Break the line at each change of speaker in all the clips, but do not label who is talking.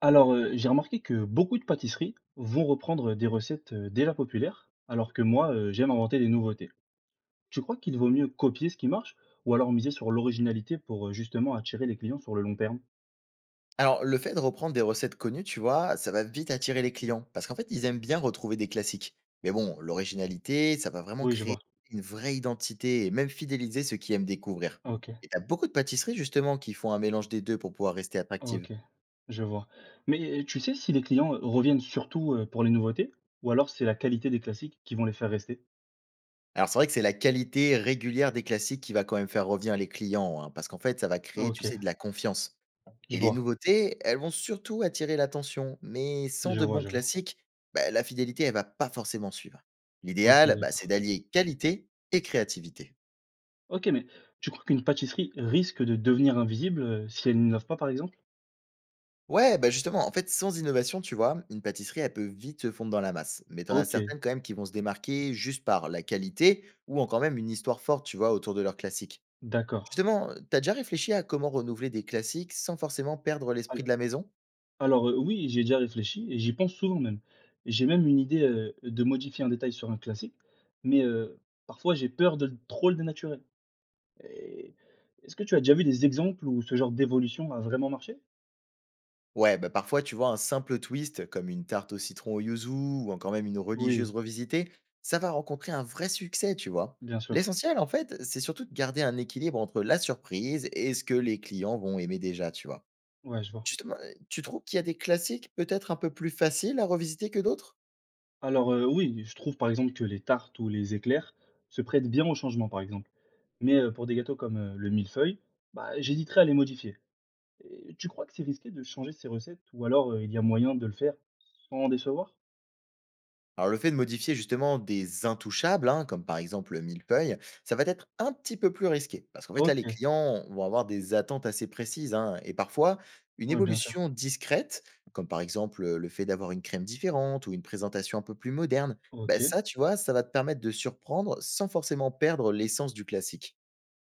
Alors, j'ai remarqué que beaucoup de pâtisseries vont reprendre des recettes, déjà populaires, alors que moi, j'aime inventer des nouveautés. Tu crois qu'il vaut mieux copier ce qui marche ou alors miser sur l'originalité pour, justement attirer les clients sur le long terme?
Alors, le fait de reprendre des recettes connues, tu vois, ça va vite attirer les clients. Parce qu'en fait, ils aiment bien retrouver des classiques. Mais bon, l'originalité, ça va vraiment
Oui, je
créer
vois.
une vraie identité et même fidéliser ceux qui aiment découvrir.
OK,
Et t'as beaucoup de pâtisseries, justement, qui font un mélange des deux pour pouvoir rester attractives.
OK, je vois. Mais tu sais si les clients, reviennent surtout, pour les nouveautés ou alors c'est la qualité des classiques qui vont les faire rester?
Alors, c'est vrai que c'est la qualité régulière des classiques qui va quand même faire revenir les clients, hein, parce qu'en fait, ça va créer, tu
OK,
sais, de la confiance.
je
Et les
vois,
nouveautés, elles vont surtout attirer l'attention, mais sans
je
de
vois,
bons
je vois.
classiques, bah, la fidélité, elle va pas forcément suivre.
OK,
L'idéal, bah, c'est
d'accord.
d'allier qualité et créativité.
OK, mais tu crois qu'une pâtisserie risque de devenir invisible, si elle n'innove pas, par exemple?
Ouais, bah justement, en fait, sans innovation, tu vois, une pâtisserie, elle peut vite se fondre dans la masse. Mais t'en as
OK.
certaines quand même qui vont se démarquer juste par la qualité ou encore même une histoire forte, tu vois, autour de leurs classiques.
D'accord.
Justement, t'as déjà réfléchi à comment renouveler des classiques sans forcément perdre l'esprit
Al
de la maison?
alors, oui, j'ai déjà réfléchi et j'y pense souvent même. J'ai même une idée, de modifier un détail sur un classique, mais parfois j'ai peur de le trop le dénaturer et est-ce que tu as déjà vu des exemples où ce genre d'évolution a vraiment marché?
Ouais, bah parfois, tu vois, un simple twist, comme une tarte au citron au yuzu ou encore même une religieuse
Oui,
revisitée, ça va rencontrer un vrai succès, tu vois.
bien sûr.
L'essentiel, en fait, c'est surtout de garder un équilibre entre la surprise et ce que les clients vont aimer déjà, tu vois.
Ouais, je vois.
Justement, tu trouves qu'il y a des classiques peut-être un peu plus faciles à revisiter que d'autres?
Alors, oui, je trouve par exemple que les tartes ou les éclairs se prêtent bien au changement, par exemple. Mais pour des gâteaux comme, le millefeuille, bah, j'hésiterais à les modifier et tu crois que c'est risqué de changer ces recettes ou alors, il y a moyen de le faire sans décevoir?
Alors le fait de modifier justement des intouchables, hein, comme par exemple le millefeuille, ça va être un petit peu plus risqué. Parce qu'en fait là, les
OK.
clients vont avoir des attentes assez précises, hein, et parfois, une
Ouais, bien sûr.
évolution discrète, comme par exemple le fait d'avoir une crème différente ou une présentation un peu plus moderne, bah
OK.
ça, tu vois, ça va te permettre de surprendre sans forcément perdre l'essence du classique.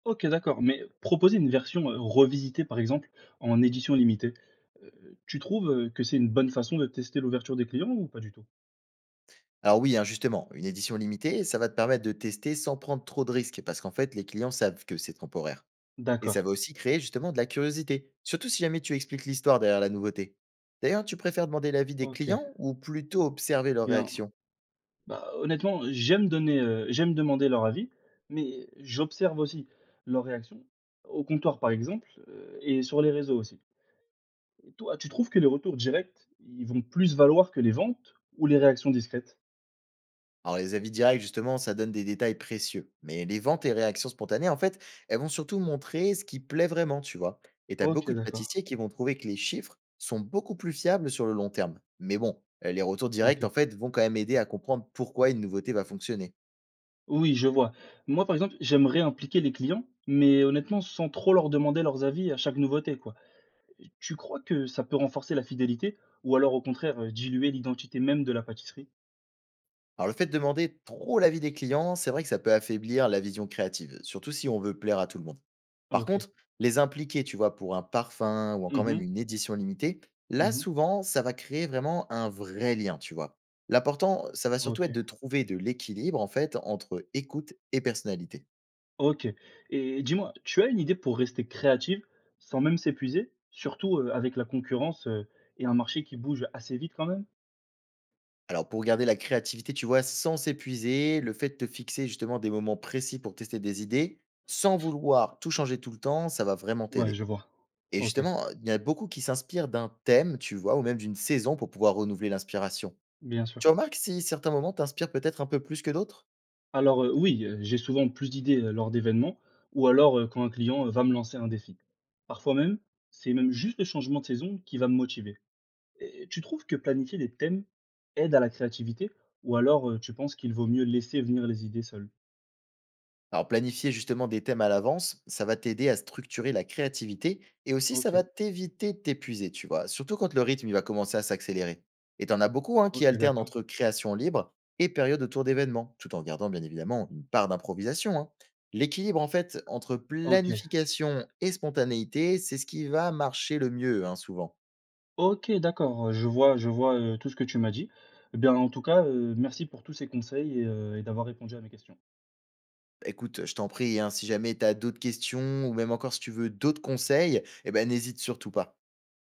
OK, d'accord. Mais proposer une version, revisitée, par exemple, en édition limitée, tu trouves, que c'est une bonne façon de tester l'ouverture des clients ou pas du tout?
Alors oui, hein, justement, une édition limitée, ça va te permettre de tester sans prendre trop de risques, parce qu'en fait, les clients savent que c'est temporaire. Et
D'accord.
ça va aussi créer justement de la curiosité, surtout si jamais tu expliques l'histoire derrière la nouveauté. D'ailleurs, tu préfères demander l'avis des
OK. Eh
clients ou plutôt observer leurs
bien,
réactions?
bah, honnêtement, j'aime donner, j'aime demander leur avis, mais j'observe aussi leur réaction au comptoir, par exemple, et sur les réseaux aussi. Et toi, tu trouves que les retours directs, ils vont plus valoir que les ventes ou les réactions discrètes?
Alors les avis directs, justement, ça donne des détails précieux. Mais les ventes et réactions spontanées, en fait, elles vont surtout montrer ce qui plaît vraiment, tu vois. Et t'as
OK,
beaucoup de
d'accord.
pâtissiers qui vont trouver que les chiffres sont beaucoup plus fiables sur le long terme. Mais bon, les retours directs,
OK.
en fait, vont quand même aider à comprendre pourquoi une nouveauté va fonctionner.
Oui, je vois. Moi, par exemple, j'aimerais impliquer les clients, mais honnêtement, sans trop leur demander leurs avis à chaque nouveauté, quoi. Tu crois que ça peut renforcer la fidélité ou alors au contraire diluer l'identité même de la pâtisserie?
Alors le fait de demander trop l'avis des clients, c'est vrai que ça peut affaiblir la vision créative, surtout si on veut plaire à tout le monde. Par
Ok.
contre, les impliquer, tu vois, pour un parfum ou encore même
Mhm,
une édition limitée, là
mhm,
souvent, ça va créer vraiment un vrai lien, tu vois. L'important, ça va surtout
Ok.
être de trouver de l'équilibre en fait entre écoute et personnalité.
Ok. Et dis-moi, tu as une idée pour rester créative sans même s'épuiser, surtout avec la concurrence et un marché qui bouge assez vite quand même?
Alors pour garder la créativité, tu vois, sans s'épuiser, le fait de te fixer justement des moments précis pour tester des idées, sans vouloir tout changer tout le temps, ça va vraiment
Ouais,
t'aider.
je vois.
Et
Ok,
justement, il y en a beaucoup qui s'inspirent d'un thème, tu vois? Ou même d'une saison pour pouvoir renouveler l'inspiration.
bien
Tu
sûr.
remarques si certains moments t'inspirent peut-être un peu plus que d'autres?
Alors, oui, j'ai souvent plus d'idées, lors d'événements ou alors, quand un client, va me lancer un défi. Parfois même, c'est même juste le changement de saison qui va me motiver. Et tu trouves que planifier des thèmes aide à la créativité ou alors, tu penses qu'il vaut mieux laisser venir les idées seules?
Alors planifier justement des thèmes à l'avance, ça va t'aider à structurer la créativité et aussi ça
OK,
va t'éviter de t'épuiser, tu vois? Surtout quand le rythme, il va commencer à s'accélérer. Et t'en as beaucoup, hein, qui
OK,
alternent
d'accord.
entre création libre et période autour d'événements, tout en gardant bien évidemment une part d'improvisation, hein. L'équilibre en fait entre
OK.
planification et spontanéité, c'est ce qui va marcher le mieux, hein, souvent.
OK, d'accord, je vois, tout ce que tu m'as dit. Eh bien, en tout cas, merci pour tous ces conseils et d'avoir répondu à mes questions.
Écoute, je t'en prie, hein, si jamais tu as d'autres questions ou même encore si tu veux d'autres conseils, eh ben, n'hésite surtout pas.